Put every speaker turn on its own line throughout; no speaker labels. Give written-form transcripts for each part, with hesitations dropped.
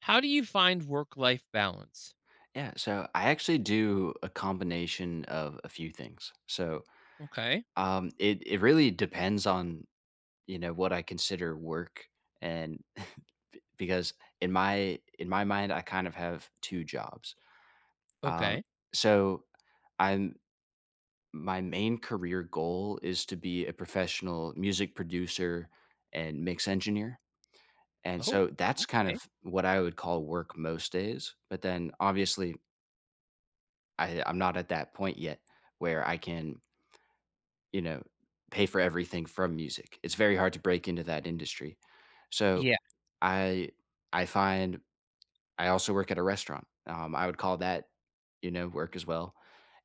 How do you find work-life balance?
Yeah, so I actually do a combination of a few things. So
Okay,
it really depends on you know what I consider work, and because in my mind I kind of have two jobs. Um,
okay.
so I'm my main career goal is to be a professional music producer and mix engineer, and
Oh,
so that's kind
okay.
of what I would call work most days. But then obviously I'm not at that point yet where I can you know, pay for everything from music. It's very hard to break into that industry. So
Yeah,
I I find I also work at a restaurant. I would call that, work as well.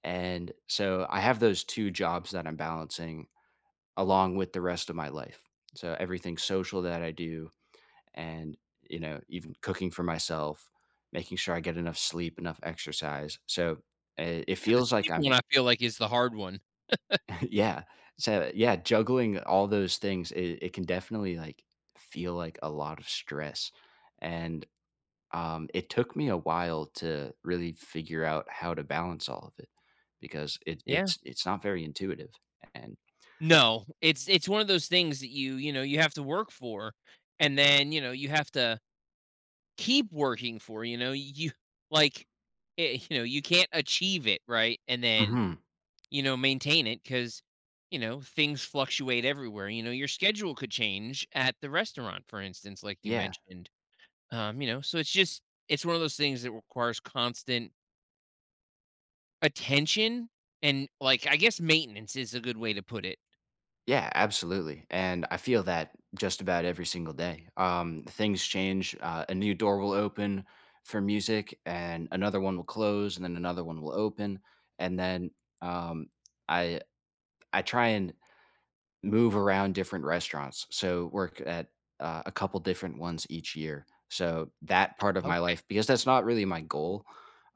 And so I have those two jobs that I'm balancing along with the rest of my life. So everything social that I do and even cooking for myself, making sure I get enough sleep, enough exercise. So it
yeah, the
feels like
sleep
I'm
one I feel like is the hard one.
Yeah. So, yeah, juggling all those things, it can definitely, like, feel like a lot of stress, and, it took me a while to really figure out how to balance all of it because it
Yeah.
it's it's not very intuitive, and.
No, it's one of those things that you know, you have to work for, and then, you know, you have to keep working for, you know, you like, you know, you can't achieve it, right? And then,
Mhm.
you know, maintain it because you know, things fluctuate everywhere, you know, your schedule could change at the restaurant, for instance, like you
Yeah.
mentioned. You know, so it's just it's one of those things that requires constant attention and like I guess maintenance is a good way to put it.
Yeah, absolutely, and I feel that just about every single day. Things change, a new door will open for music, and another one will close, and then another one will open, and then, um, I I try and move around different restaurants, so work at, a couple different ones each year. So that part of my
Okay.
life because that's not really my goal,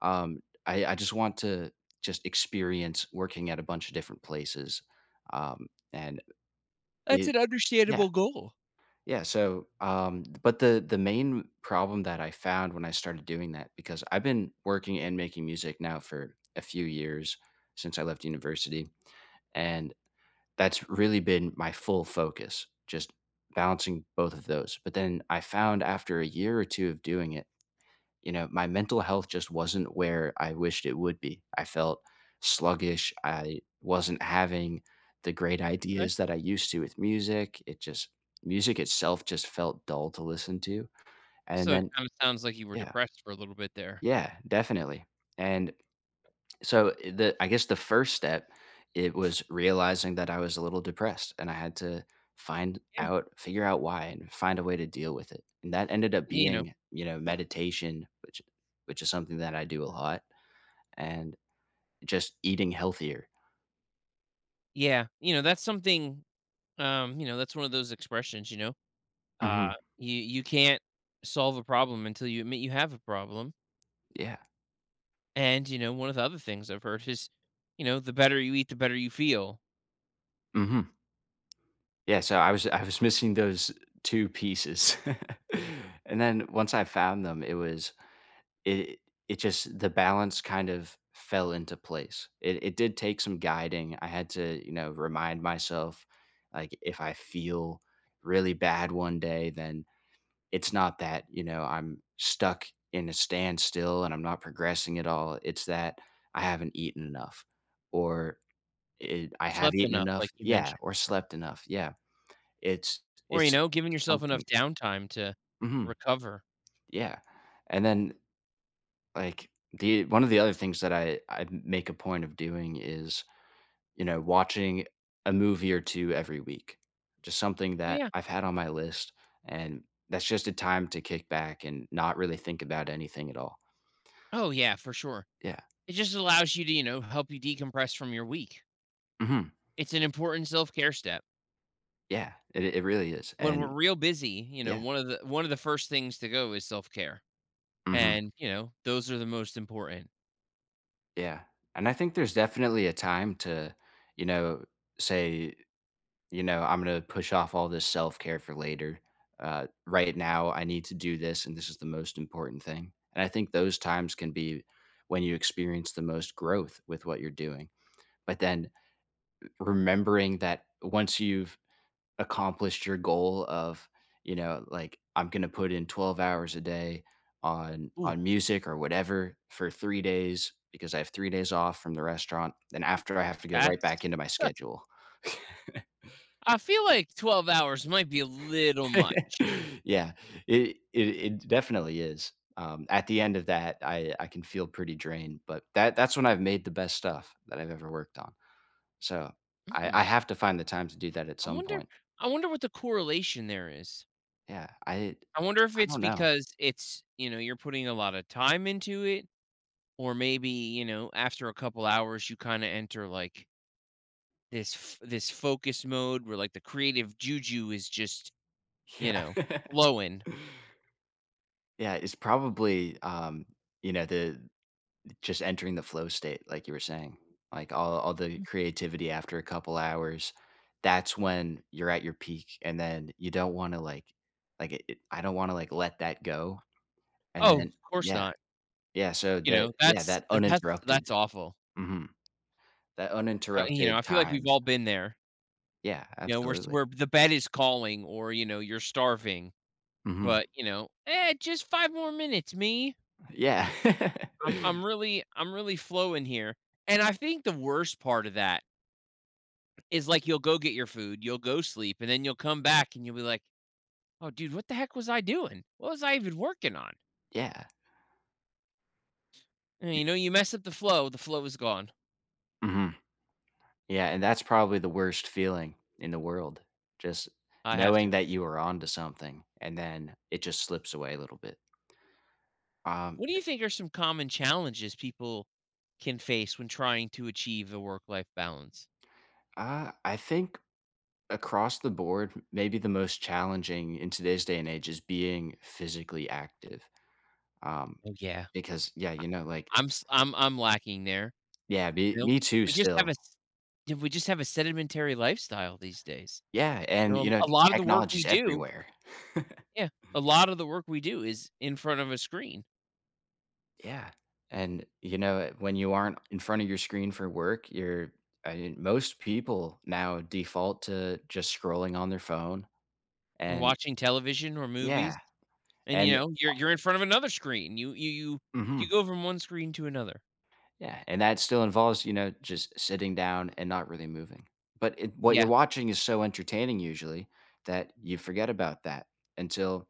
um, I just want to just experience working at a bunch of different places, um, and
That's
it.
an
Yeah,
understandable goal.
yeah, so, but the main problem that I found when I started doing that because I've been working and making music now for a few years since I left university, and that's really been my full focus, just balancing both of those. But then I found after a year or 2 of doing it, my mental health just wasn't where I wished it would be. I felt sluggish, I wasn't having the great
Okay.
ideas that I used to with music. It just music itself just felt dull to listen to, and
So it
then.
kind of sounds like you were
Yeah.
depressed for a little bit there.
Yeah, definitely. And so, the I guess the first step, it was realizing that I was a little depressed, and I had to find
Yeah.
out figure out why and find a way to deal with it, and that ended up
You know.
being, meditation, which is something that I do a lot, and just eating healthier.
Yeah. You know, that's something, that's one of those expressions, you know.
Mhm.
Uh you you can't solve a problem until you admit you have a problem.
Yeah.
And you know, one of the other things I've heard is, you know, the better you eat, the better you feel
Mhm. Yeah, so I was missing those 2 pieces. And then once I found them, it was It it just the balance kind of fell into place. It did take some guiding. I had to, remind myself, like, if I feel really bad one day, then it's not that, I'm stuck in a standstill and I'm not progressing at all. It's that I haven't eaten enough or I
or
have
slept
eaten
enough like
enough.
you
Yeah.
mentioned.
Or slept enough. Yeah. It's,
Or, you
it's
know, giving yourself
something.
enough downtime to
Mhm,
recover.
yeah. And then, like, the one of the other things that I make a point of doing is, watching a movie or 2 every week. Just something
Oh,
that
yeah.
I've had on my list, and that's just a time to kick back and not really think about anything at all.
Oh, yeah, for sure.
Yeah.
It just allows you to, you know, help you decompress from your week.
Mhm.
It's an important self-care step.
Yeah. It really is,
When we're
and
real busy, you know,
yeah.
one of the first things to go is self-care.
Mhm.
And, you know, those are the most important.
Yeah. And I think there's definitely a time to, you know, say, "You know, I'm gonna push off all this self-care for later. Right now, I need to do this, and this is the most important thing." And I think those times can be when you experience the most growth with what you're doing. But then remembering that once you've accomplished your goal of, like I'm gonna put in 12 hours a day on
Ooh,
on music or whatever for 3 because I have 3 off from the restaurant. Then after I have to go right
that's
back into my schedule.
I feel like 12 hours might be a little much.
Yeah, it definitely is. At the end of that, I can feel pretty drained, but that's when I've made the best stuff that I've ever worked on. So I
Hmm.
I have to find the time to do that at
I
some
wonder
point.
I wonder what the correlation there is.
Yeah,
I wonder if
I
it's
don't know.
because it's, you know, you're putting a lot of time into it or maybe you know after a couple hours you kind of enter like this focus mode where like the creative juju is just
Yeah.
you know flowing.
Yeah, it's probably the just entering the flow state, like you were saying, like all the creativity after a couple hours, that's when you're at your peak, and then you don't wanna, like it it I don't wanna, like, let that go, and
Oh,
then
of course
yeah,
not.
yeah, so
You
that
know,
yeah,
that's that's that's awful.
mhm, that
You know, I
uninterrupted
feel like we've
time.
all been there,
Yeah,
you know, we're s-
absolutely.
are the bed is calling or you know you're starving,
Mhm.
but you know just five more minutes me,
Yeah.
i'm really I'm really flowing here, and I think the worst part of that is like you'll go get your food, you'll go sleep, and then you'll come back and you'll be like, "Oh, dude, what the heck was I doing? What was I even working on?"
Yeah.
And, you know, you mess up the flow is gone.
Mhm. Yeah, and that's probably the worst feeling in the world, just
I have
knowing
to.
that you are onto something and then it just slips away a little bit. Um,
What do you think are some common challenges people can face when trying to achieve a work-life balance?
I think across the board, maybe the most challenging in today's day and age is being physically active. Um,
Oh yeah,
because yeah, like
I'm s- I'm lacking there.
yeah,
You know,
me too
we just have a
still.
s- yeah, we just have a sedentary lifestyle these days.
Yeah,
You
and
know, a lot of the work we
technology's
do,
everywhere.
yeah, a lot of the work we do is in front of a screen.
Yeah, and, when you aren't in front of your screen for work, you're I mean, most people now default to just scrolling on their phone,
We're
and
watching television or movies.
yeah,
And, you
and
know, you're in front of another screen.
mhm,
You go from one screen to another.
yeah, and that still involves, just sitting down and not really moving. But it what you're
Yeah,
watching is so entertaining usually that you forget about that until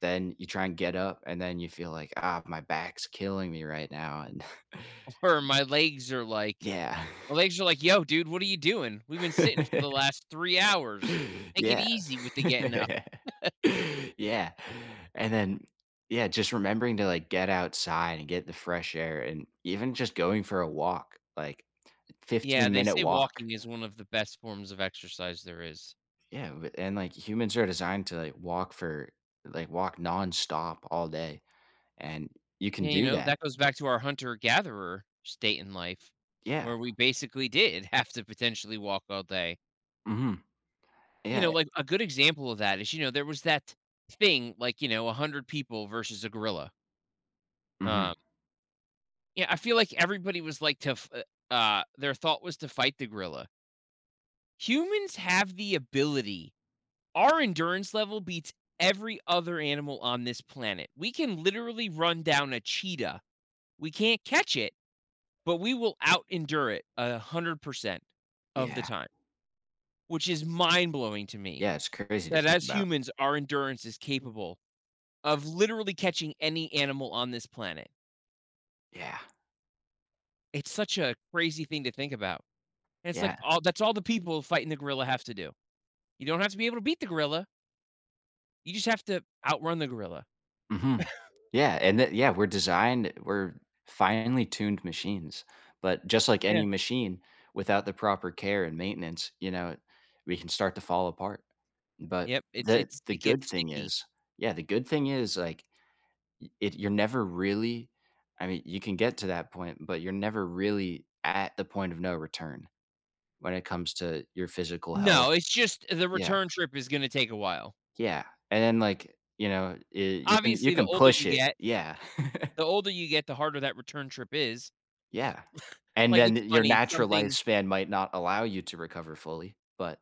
then you try and get up, and then you feel like, "Ah, my back's killing me right now," and
or my legs are like
yeah.
my legs are like, "Yo, dude, what are you doing? We've been sitting for the last 3 hours. Take it
Yeah.
easy with the getting up."
Yeah, and then yeah, just remembering to, like, get outside and get the fresh air and even just going for a walk, like,
Yeah, they
15-minute-minute
say
walk.
walking is one of the best forms of exercise there is.
Yeah, w and, like, humans are designed to, like, walk for like, walk nonstop all day, and you can
Yeah, you
do
know,
that.
that goes back to our hunter-gatherer state in life,
Yeah.
where we basically did have to potentially walk all day.
Mhm.
You
Yeah.
know, like, a good example of that is, you know, there was that thing, like, you know, 100 people versus a gorilla,
Mhm.
uh yeah, I feel like everybody was like to f their thought was to fight the gorilla. Humans have the ability our endurance level beats every other animal on this planet. We can literally run down a cheetah. We can't catch it, but we will out endure it 100% of the
Yeah.
time, which is mind blowing to me
Yeah, it's crazy to
that
think
as
about.
humans, our endurance is capable of literally catching any animal on this planet.
Yeah.
It's such a crazy thing to think about. And it's like
Yeah.
all that's all the people fighting the gorilla have to do. You don't have to be able to beat the gorilla. You just have to outrun the gorilla.
Mhm. Yeah, and that yeah, we're finely tuned machines, but just like
Yeah.
any machine, without the proper care and maintenance, we can start to fall apart. But
Yep.
the
It's
the
it
good
gets
thing
sticky.
is, yeah, the good thing is, like, y it you're never really, I mean, you can get to that point, but you're never really at the point of no return when it comes to your physical health.
No, it's just the
Yeah,
return trip is gonna take a while.
yeah, and then, like, I you can you
Obviously,
can push it, yeah.
the older you get, the harder that return trip is.
Yeah, and
Like,
then
it's
your
funny,
natural
something.
lifespan might not allow you to recover fully, but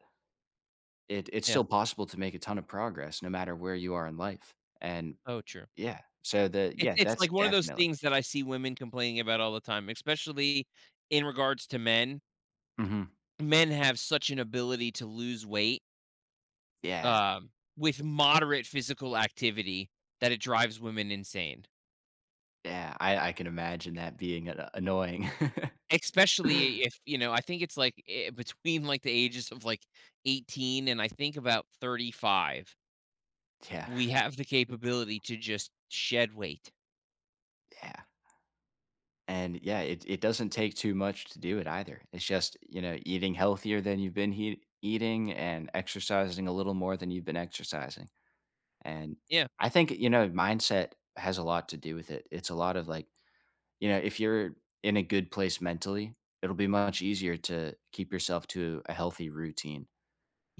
it's
Yeah.
still possible to make a ton of progress no matter where you are in life, and
Oh, true.
yeah, so the yeah,
It's
that's
like one of those
definitely.
things that I see women complaining about all the time, especially in regards to men.
Mhm.
Men have such an ability to lose weight,
Yeah,
um, with moderate physical activity, that it drives women insane.
yeah, I can imagine that being an annoying.
Especially if, you know, I think it's like between like the ages of like 18 and I think about 35,
Yeah,
we have the capability to just shed weight.
yeah, and yeah, it doesn't take too much to do it either. It's just, eating healthier than you've been he eating and exercising a little more than you've been exercising. And
Yeah.
I think, mindset has a lot to do with it. It's a lot of like, if you're in a good place mentally, it'll be much easier to keep yourself to a healthy routine.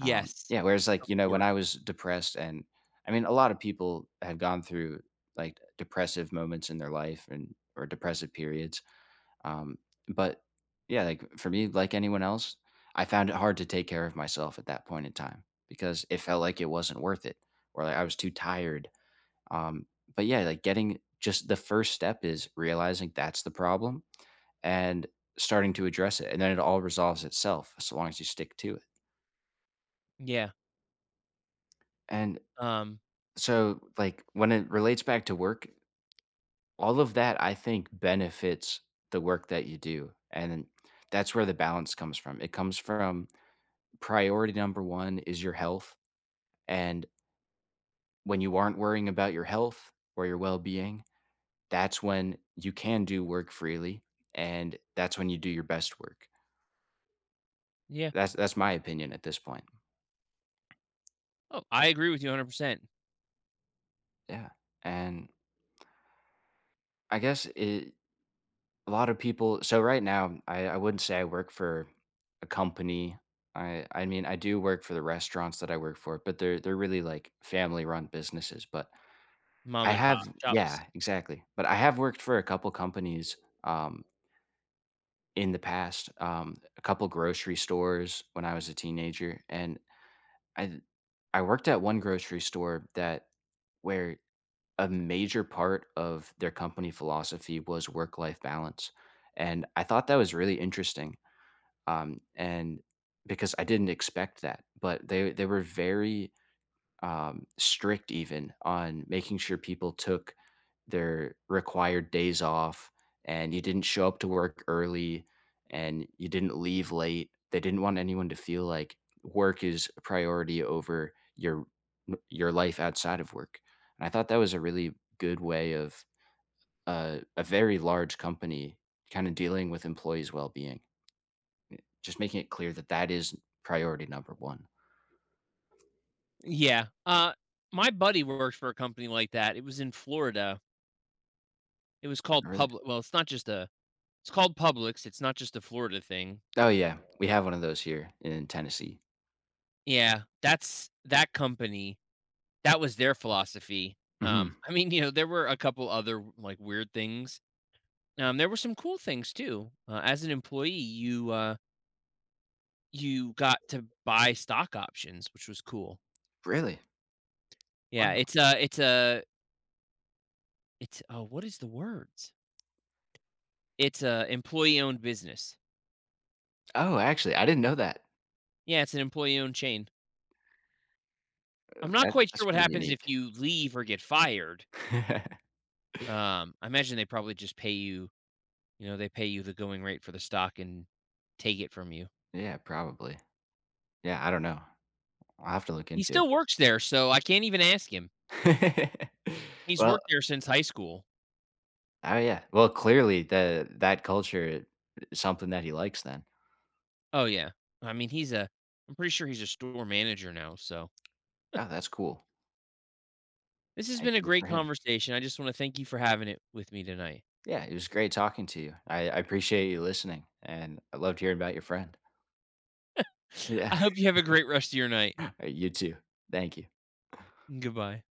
Yeah. Whereas, like,
Of
when I
course.
was depressed, and I mean, a lot of people have gone through like depressive moments in their life and or depressive periods. Um, but yeah, like for me, like anyone else, I found it hard to take care of myself at that point in time because it felt like it wasn't worth it or like I was too tired, um, but yeah, like getting just the first step is realizing that's the problem and starting to address it. And then it all resolves itself as long as you stick to it.
Yeah.
And
Um,
so, like, when it relates back to work, all of that I think benefits the work that you do. And that's where the balance comes from. It comes from priority number one is your health. And when you aren't worrying about your health or your well being, that's when you can do work freely, and that's when you do your best work.
yeah.
That's my opinion at this point.
Oh, I agree with you 100%.
Yeah, and I guess a lot of people. So right now, I wouldn't say I work for a company. I mean I do work for the restaurants that I work for, but they're really like family run businesses. But
Mom
I
and
have
pop
yeah,
shops.
exactly. But I have worked for a couple companies, um, in the past, a couple grocery stores when I was a teenager, and I I worked at one grocery store that where a major part of their company philosophy was work-life balance, and I thought that was really interesting, and because I didn't expect that, but they were very, strict even on making sure people took their required days off and you didn't show up to work early and you didn't leave late. They didn't want anyone to feel like work is a priority over your life outside of work. And I thought that was a really good way of a very large company kind of dealing with employees' well-being. Just making it clear that that is priority number 1.
Yeah. My buddy worked for a company like that. It was in Florida. It was called
Really?
Public. Well, it's not just a it's called Publix, it's not just a Florida thing.
Oh, yeah. We have one of those here in Tennessee.
Yeah, that's that company, that was their philosophy.
Mhm.
I mean, you know, there were a couple other, like, weird things. There were some cool things too. As an employee, you, you got to buy stock options, which was cool.
Really?
Yeah,
Wow.
it's a it's a it's oh, what is the words? It's a employee-owned business.
Oh, actually, I didn't know that.
Yeah, it's an employee-owned chain. I'm not
That
quite
that's
sure what
pretty
happens if
unique.
you leave or get fired. I imagine they probably just pay you. You know, they pay you the going rate for the stock and take it from you.
Yeah, probably. Yeah, I don't know. I'll have to look
He
into it.
still works there, so I can't even ask him. He's
Well
worked there since high school.
oh, yeah. Well, clearly, the that culture is something that he likes then.
Oh, yeah. I mean, he's a I'm pretty sure he's a store manager now, so
Oh, that's cool.
this has
Hey,
been a
good for
great
him.
conversation. I just want to thank you for having it with me tonight.
Yeah, it was great talking to you. I appreciate you listening, and I loved hearing about your friend.
I
Yeah.
hope you have a great rest of your night.
You too. Thank you.
Goodbye.